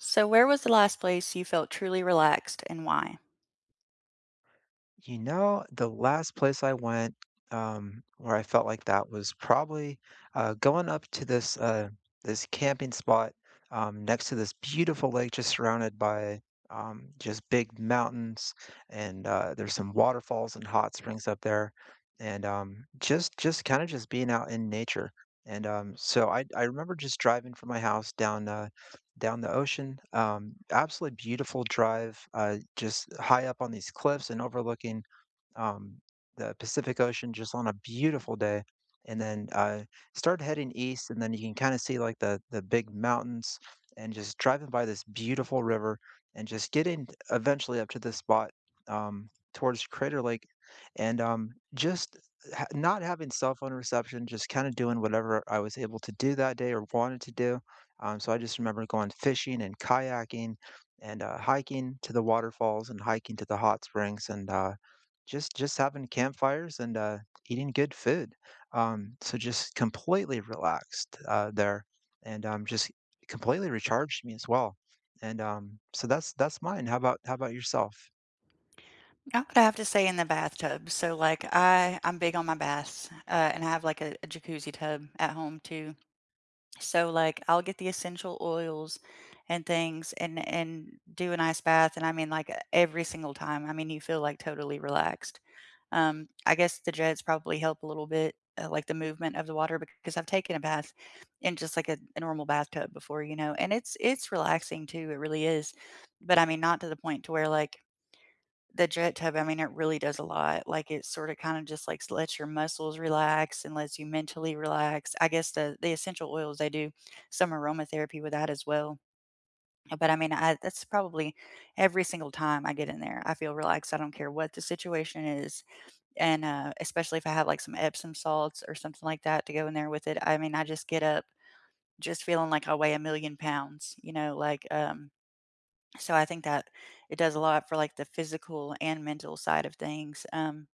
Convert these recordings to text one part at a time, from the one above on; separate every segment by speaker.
Speaker 1: So, where was the last place you felt truly relaxed and why?
Speaker 2: The last place I went, where I felt like that was probably going up to this camping spot, next to this beautiful lake just surrounded by, just big mountains and there's some waterfalls and hot springs up there and, just kind of just being out in nature. I remember just driving from my house down the ocean. Absolutely beautiful drive, just high up on these cliffs and overlooking um, the Pacific Ocean just on a beautiful day. And then Start heading east, and then you can kind of see like the big mountains, and just driving by this beautiful river, and just getting eventually up to this spot towards Crater Lake, and just not having cell phone reception, just kind of doing whatever I was able to do that day or wanted to do. So I just remember going fishing and kayaking and hiking to the waterfalls and hiking to the hot springs and just having campfires and eating good food. So just completely relaxed there and just completely recharged me as well. And So that's mine. How about yourself?
Speaker 1: I would have to say in the bathtub. So, like, I'm big on my baths, and I have like a jacuzzi tub at home too. So like I'll get the essential oils and things and do an ice bath, and I mean, like, every single time. I mean, you feel like totally relaxed. I guess the jets probably help a little bit, like the movement of the water, because I've taken a bath in just like a normal bathtub before, you know. And it's relaxing too. It really is. But I mean, not to the point to where, like, the jet tub, I mean, it really does a lot. Like, it sorta kinda just, like, lets your muscles relax and lets you mentally relax. I guess the essential oils, they do some aromatherapy with that as well. But, I mean, I that's probably every single time I get in there, I feel relaxed. I don't care what the situation is. And, especially if I have, like, some Epsom salts or something like that to go in there with it, I mean, I just get up just feeling like I weigh a million pounds, you know, like, so I think that it does a lot for, like, the physical and mental side of things.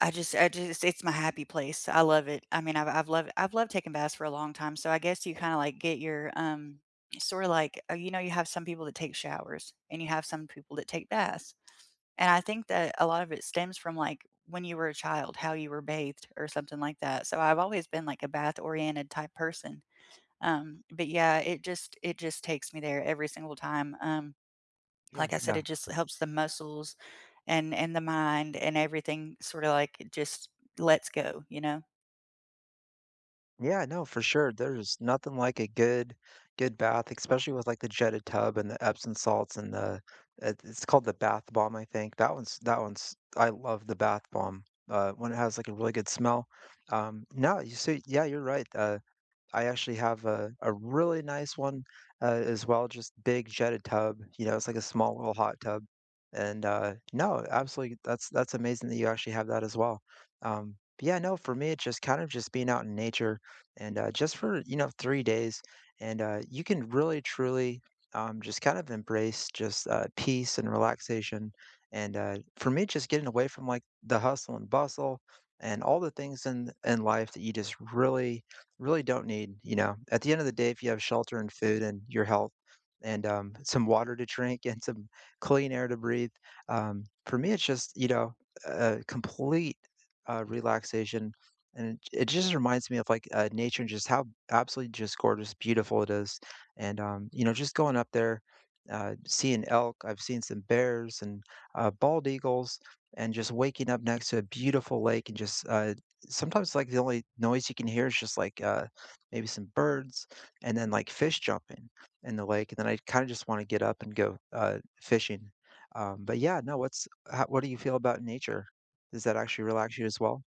Speaker 1: I just it's my happy place. I love it. I mean, I've loved taking baths for a long time, so I guess you kinda, like, get your, sorta like, you know, you have some people that take showers, and you have some people that take baths, and I think that a lot of it stems from, like, when you were a child, how you were bathed or something like that. So I've always been, like, a bath-oriented type person. But yeah, it just takes me there every single time.
Speaker 2: Yeah,
Speaker 1: Like I said,
Speaker 2: yeah.
Speaker 1: it just helps the muscles and the mind, and everything sort of like it just lets go, you know?
Speaker 2: Yeah, no, for sure. There's nothing like a good bath, especially with like the jetted tub and the Epsom salts and it's called the bath bomb, I think. That one's I love the bath bomb. When it has like a really good smell. No, you see, yeah, you're right. I actually have a really nice one, as well, just big jetted tub, you know, it's like a small little hot tub, and no, absolutely, that's amazing that you actually have that as well. But yeah, no, for me, it's just kind of just being out in nature and just for, you know, 3 days, and you can really truly, just kind of embrace just peace and relaxation, and for me, just getting away from, like, the hustle and bustle and all the things in life that you just really don't need, you know. At the end of the day, if you have shelter and food and your health and some water to drink and some clean air to breathe, for me, it's just, you know, a complete relaxation. And it just reminds me of like nature and just how absolutely just gorgeous, beautiful it is. And you know, just going up there, seeing elk, I've seen some bears and bald eagles, and just waking up next to a beautiful lake and just sometimes like the only noise you can hear is just like maybe some birds and then like fish jumping in the lake and then I kind of just want to get up and go fishing. But yeah, no, what do you feel about nature? Does that actually relax you as well?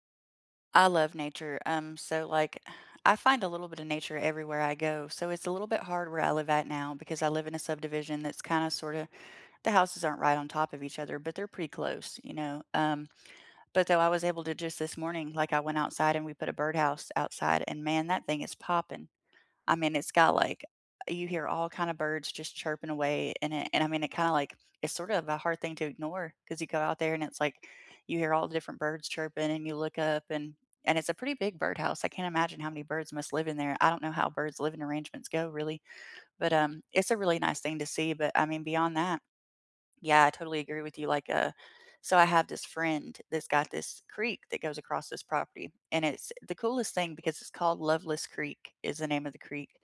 Speaker 1: I love nature. So like I find a little bit of nature everywhere I go. So it's a little bit hard where I live at now, because I live in a subdivision that's kind of sort of the houses aren't right on top of each other, but they're pretty close, you know. But though I was able to just this morning, like, I went outside and we put a birdhouse outside, and man, that thing is popping. I mean, it's got, like, you hear all kind of birds just chirping away in it, and I mean, it kinda, like, it's sort of a hard thing to ignore, because you go out there and it's like you hear all the different birds chirping and you look up and it's a pretty big birdhouse. I can't imagine how many birds must live in there. I don't know how birds' living arrangements go, really, but, it's a really nice thing to see. But, I mean, beyond that, yeah, I totally agree with you. Like, so I have this friend that's got this creek that goes across this property, and it's the coolest thing because it's called Loveless Creek is the name of the creek.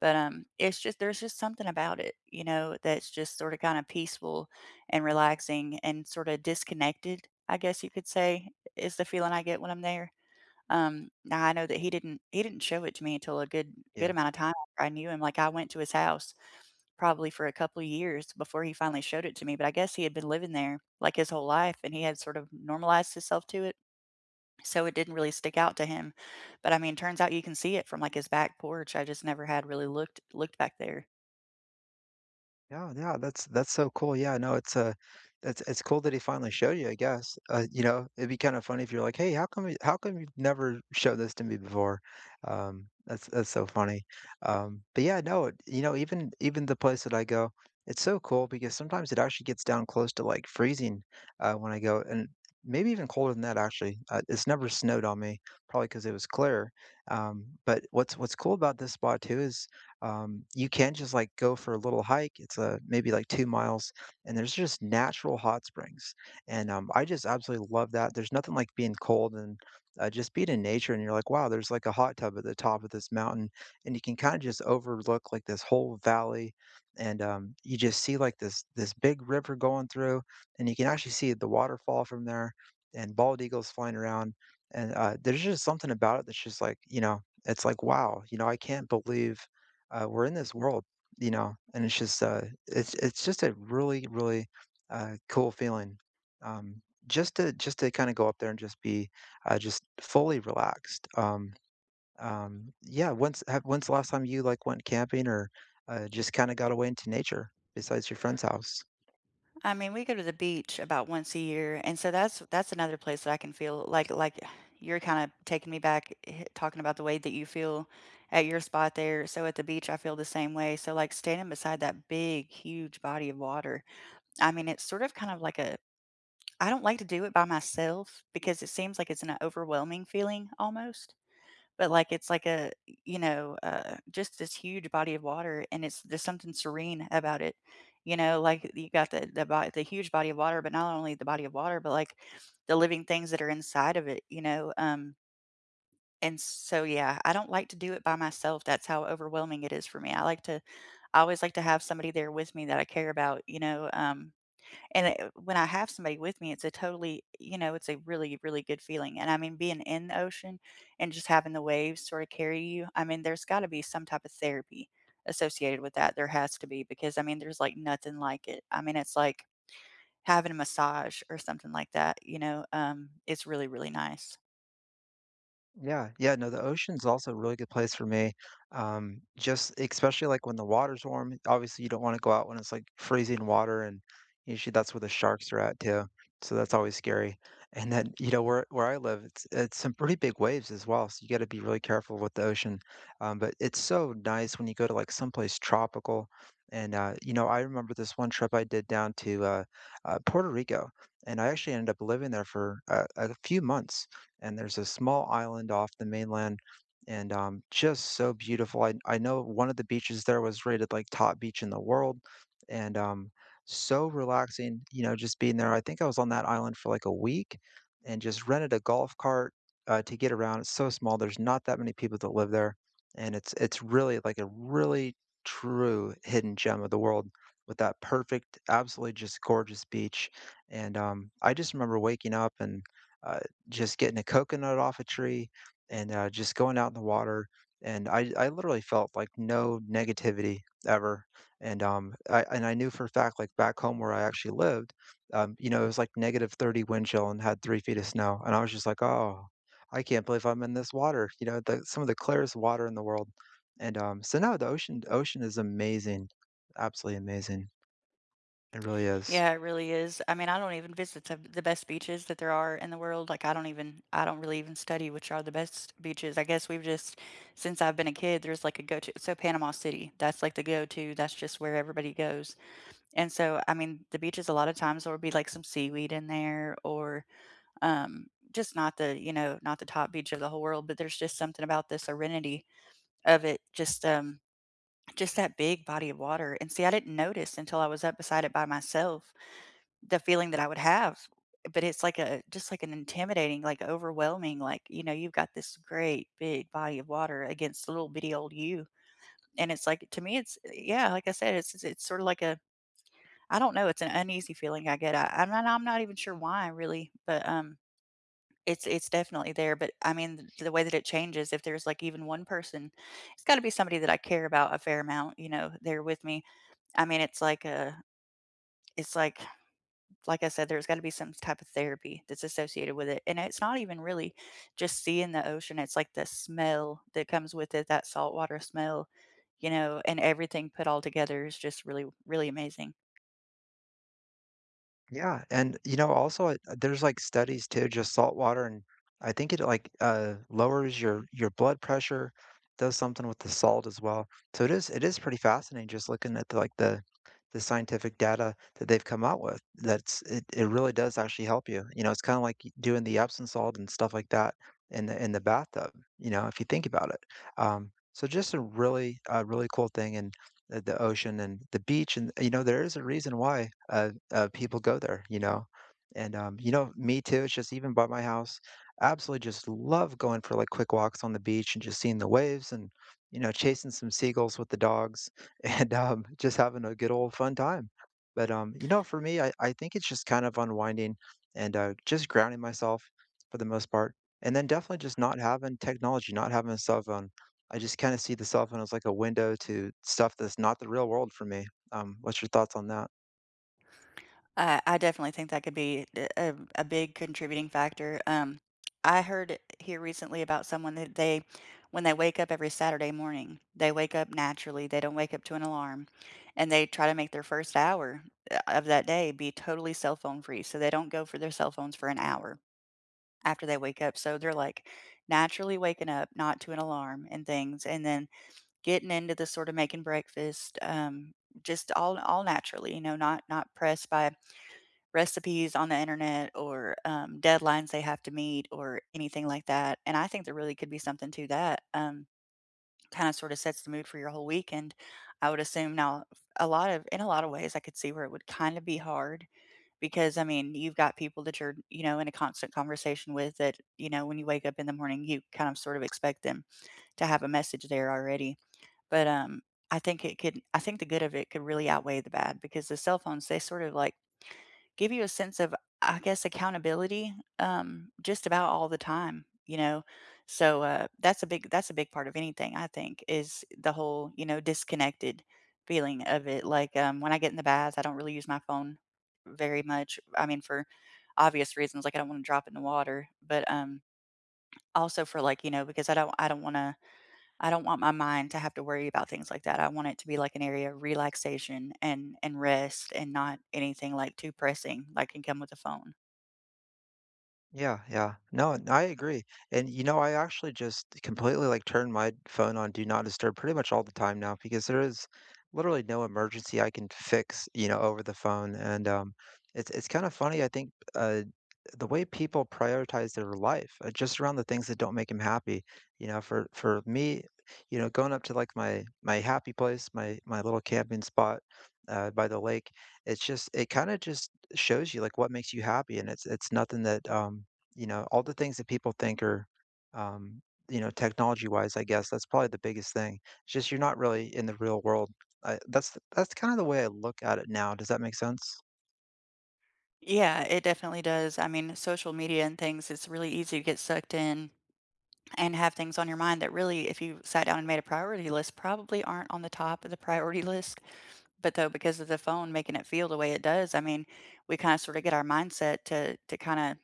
Speaker 1: But it's just there's just something about it, you know, that's just sort of kind of peaceful and relaxing and sort of disconnected, I guess you could say, is the feeling I get when I'm there. Now I know that he didn't show it to me until a good
Speaker 2: Yeah.
Speaker 1: amount of time after I knew him. Like, I went to his house probably for a couple of years before he finally showed it to me, but I guess he had been living there, like, his whole life, and he had sort of normalized himself to it, so it didn't really stick out to him. But, I mean, turns out you can see it from, like, his back porch. I just never had really looked back there.
Speaker 2: Yeah, yeah, that's so cool. Yeah, no, it's cool that he finally showed you, I guess. You know, it'd be kind of funny if you're like, "Hey, how come you've never showed this to me before?" That's so funny. But yeah, no, you know, even the place that I go, it's so cool because sometimes it actually gets down close to like freezing when I go, and maybe even colder than that actually. It's never snowed on me, probably because it was clear. But what's cool about this spot too is you can just like go for a little hike. It's a maybe like 2 miles, and there's just natural hot springs, and I just absolutely love that. There's nothing like being cold and just being in nature, and you're like, wow, there's like a hot tub at the top of this mountain, and you can kind of just overlook like this whole valley, and you just see like this big river going through, and you can actually see the waterfall from there, and bald eagles flying around, and there's just something about it that's just like, you know, it's like, wow, you know, I can't believe we're in this world, you know, and it's just a really cool feeling, um, just to kind of go up there and just be just fully relaxed. Yeah, when's the last time you like went camping or just kind of got away into nature besides your friend's house?
Speaker 1: I mean, we go to the beach about once a year, and so that's another place that I can feel like you're kind of taking me back talking about the way that you feel at your spot there. So at the beach, I feel the same way. So, like, standing beside that big, huge body of water. I mean, it's sort of kind of like a I don't like to do it by myself because it seems like it's an overwhelming feeling almost. But, like, it's like a, you know, just this huge body of water, and it's there's something serene about it, you know? Like, you got the huge body of water, but not only the body of water, but, like, the living things that are inside of it, you know? And so, yeah, I don't like to do it by myself, that's how overwhelming it is for me. I always like to have somebody there with me that I care about, you know? And it when I have somebody with me, it's a totally, you know, it's a really, really good feeling. And I mean, being in the ocean and just having the waves sort of carry you, I mean, there's gotta be some type of therapy associated with that, there has to be, because, I mean, there's, like, nothing like it. I mean, it's like having a massage or something like that, you know? It's really, really nice.
Speaker 2: Yeah, yeah, no, the ocean's also a really good place for me. Just especially like when the water's warm. Obviously, you don't want to go out when it's like freezing water, and usually that's where the sharks are at too. So that's always scary. And then, you know, where I live, it's some pretty big waves as well. So you got to be really careful with the ocean. But it's so nice when you go to like someplace tropical. And you know, I remember this one trip I did down to Puerto Rico, and I actually ended up living there for a few months, and there's a small island off the mainland and just so beautiful. I know one of the beaches there was rated like top beach in the world and so relaxing, you know, just being there. I think I was on that island for like a week and just rented a golf cart to get around. It's so small. There's not that many people that live there. And it's really like a really true hidden gem of the world with that perfect, absolutely just gorgeous beach. And I just remember waking up and uh, just getting a coconut off a tree and just going out in the water. And I literally felt like no negativity ever. And I knew for a fact, like back home where I actually lived, you know, it was like negative 30 wind chill and had 3 feet of snow. And I was just like, oh, I can't believe I'm in this water. You know, some of the clearest water in the world. And So no, the ocean is amazing, absolutely amazing. It really is.
Speaker 1: Yeah, it really is. I mean, I don't even visit the best beaches that there are in the world. Like, I don't even, I don't really even study which are the best beaches. I guess we've just, since I've been a kid, there's like a go to. So, Panama City, that's like the go to. That's just where everybody goes. And so, I mean, the beaches, a lot of times, there will be like some seaweed in there or, just not the, you know, not the top beach of the whole world, but there's just something about the serenity of it, just that big body of water. And see, I didn't notice until I was up beside it by myself the feeling that I would have, but it's like a just like an intimidating, like, overwhelming, like, you know, you've got this great big body of water against little bitty old you, and it's like to me, it's yeah, like I said, it's sort of like a I don't know, it's an uneasy feeling I get. I'm not even sure why really, but, it's definitely there. But, I mean, the way that it changes, if there's, like, even one person, it's gotta be somebody that I care about a fair amount, you know, they're with me. I mean, it's like a it's like I said, there's got to be some type of therapy that's associated with it. And it's not even really just seeing the ocean, it's like the smell that comes with it, that saltwater smell, you know, and everything put all together is just really, really amazing.
Speaker 2: Yeah, and, you know, also, there's, like, studies too, just salt water, and I think it, like, lowers your blood pressure, does something with the salt as well. So it is pretty fascinating just looking at, like, the scientific data that they've come out with. That's it really does actually help you. You know, it's kinda like y doing the Epsom salt and stuff like that in the bathtub, you know, if you think about it. So just a really cool thing, and the ocean and the beach, and you know there is a reason why people go there, you know. And you know, me too. It's just even by my house, I absolutely just love going for like quick walks on the beach and just seeing the waves and, you know, chasing some seagulls with the dogs and just having a good old fun time. But you know, for me, I think it's just kind of unwinding and just grounding myself for the most part, and then definitely just not having technology, not having a cell phone. I just kinda see the cell phone as like a window to stuff that's not the real world for me. What's your thoughts on that?
Speaker 1: I definitely think that could be a big contributing factor. I heard here recently about someone that they, when they wake up every Saturday morning, they wake up naturally. They don't wake up to an alarm, and they try to make their first hour, of that day, be totally cell phone free. So they don't go for their cell phones for an hour after they wake up. So they're, like, naturally waking up, not to an alarm and things, and then getting into the sort of making breakfast, just all naturally. You know, not not pressed by recipes on the internet, or, deadlines they have to meet or anything like that. And I think there really could be something to that, kinda sorta sets the mood for your whole week. And I would assume now a lot of in a lot of ways, I could see where it would kinda be hard, because, I mean, you've got people that you're, you know, in a constant conversation with that, you know, when you wake up in the morning, you kind of sort of expect them to have a message there already. But, I think it could I think the good of it could really outweigh the bad, because the cell phones, they sort of, like, give you a sense of, I guess, accountability, just about all the time, you know? So, that's a big part of anything, I think, is the whole, you know, disconnected feeling of it. Like, when I get in the bath, I don't really use my phone very much. I mean, for obvious reasons, like, I don't want to drop it in the water. But, also for like, you know, because I don't wanna I don't want my mind to have to worry about things like that. I want it to be like an area of relaxation and rest, and not anything like too pressing like can come with a phone.
Speaker 2: Yeah, yeah. No, and I agree. And you know, I actually just completely like turn my phone on do not disturb pretty much all the time now, because there is literally no emergency I can fix, you know, over the phone. And it's kind of funny, I think, the way people prioritize their life just around the things that don't make them happy. You know, for me, you know, going up to like my happy place, my little camping spot by the lake, it's just it kind of just shows you like what makes you happy, and it's nothing that you know, all the things that people think are um you know, technology wise, I guess that's probably the biggest thing. It's just you're not really in the real world. That's kind of the way I look at it now. Does that make sense?
Speaker 1: Yeah, it definitely does. I mean, social media and things, it's really easy to get sucked in and have things on your mind that really, if you sat down and made a priority list, probably aren't on the top of the priority list. But though, because of the phone making it feel the way it does, I mean, we kind of sort of get our mindset to kind of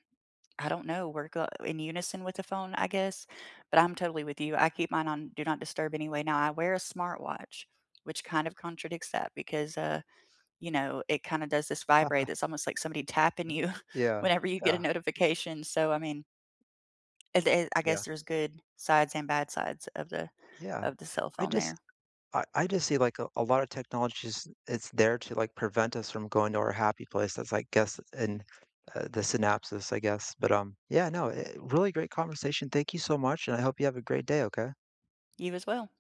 Speaker 1: I don't know, work in unison with the phone, I guess, but I'm totally with you. I keep mine on do not disturb anyway. Now I wear a smartwatch, which kind of contradicts that, because you know, it kind of does this vibrate that's almost like somebody tapping you
Speaker 2: yeah
Speaker 1: whenever you get a
Speaker 2: yeah
Speaker 1: notification. So I mean, I
Speaker 2: yeah
Speaker 1: guess there's good sides and bad sides
Speaker 2: yeah
Speaker 1: of the cell
Speaker 2: i
Speaker 1: phone
Speaker 2: just
Speaker 1: there.
Speaker 2: I just see, like, a lot of technologies, it's there to, like, prevent us from going to our happy place that's, I guess, in the synapses, I guess, but yeah, no, really great conversation, thank you so much, and I hope you have a great day, okay?
Speaker 1: You as well.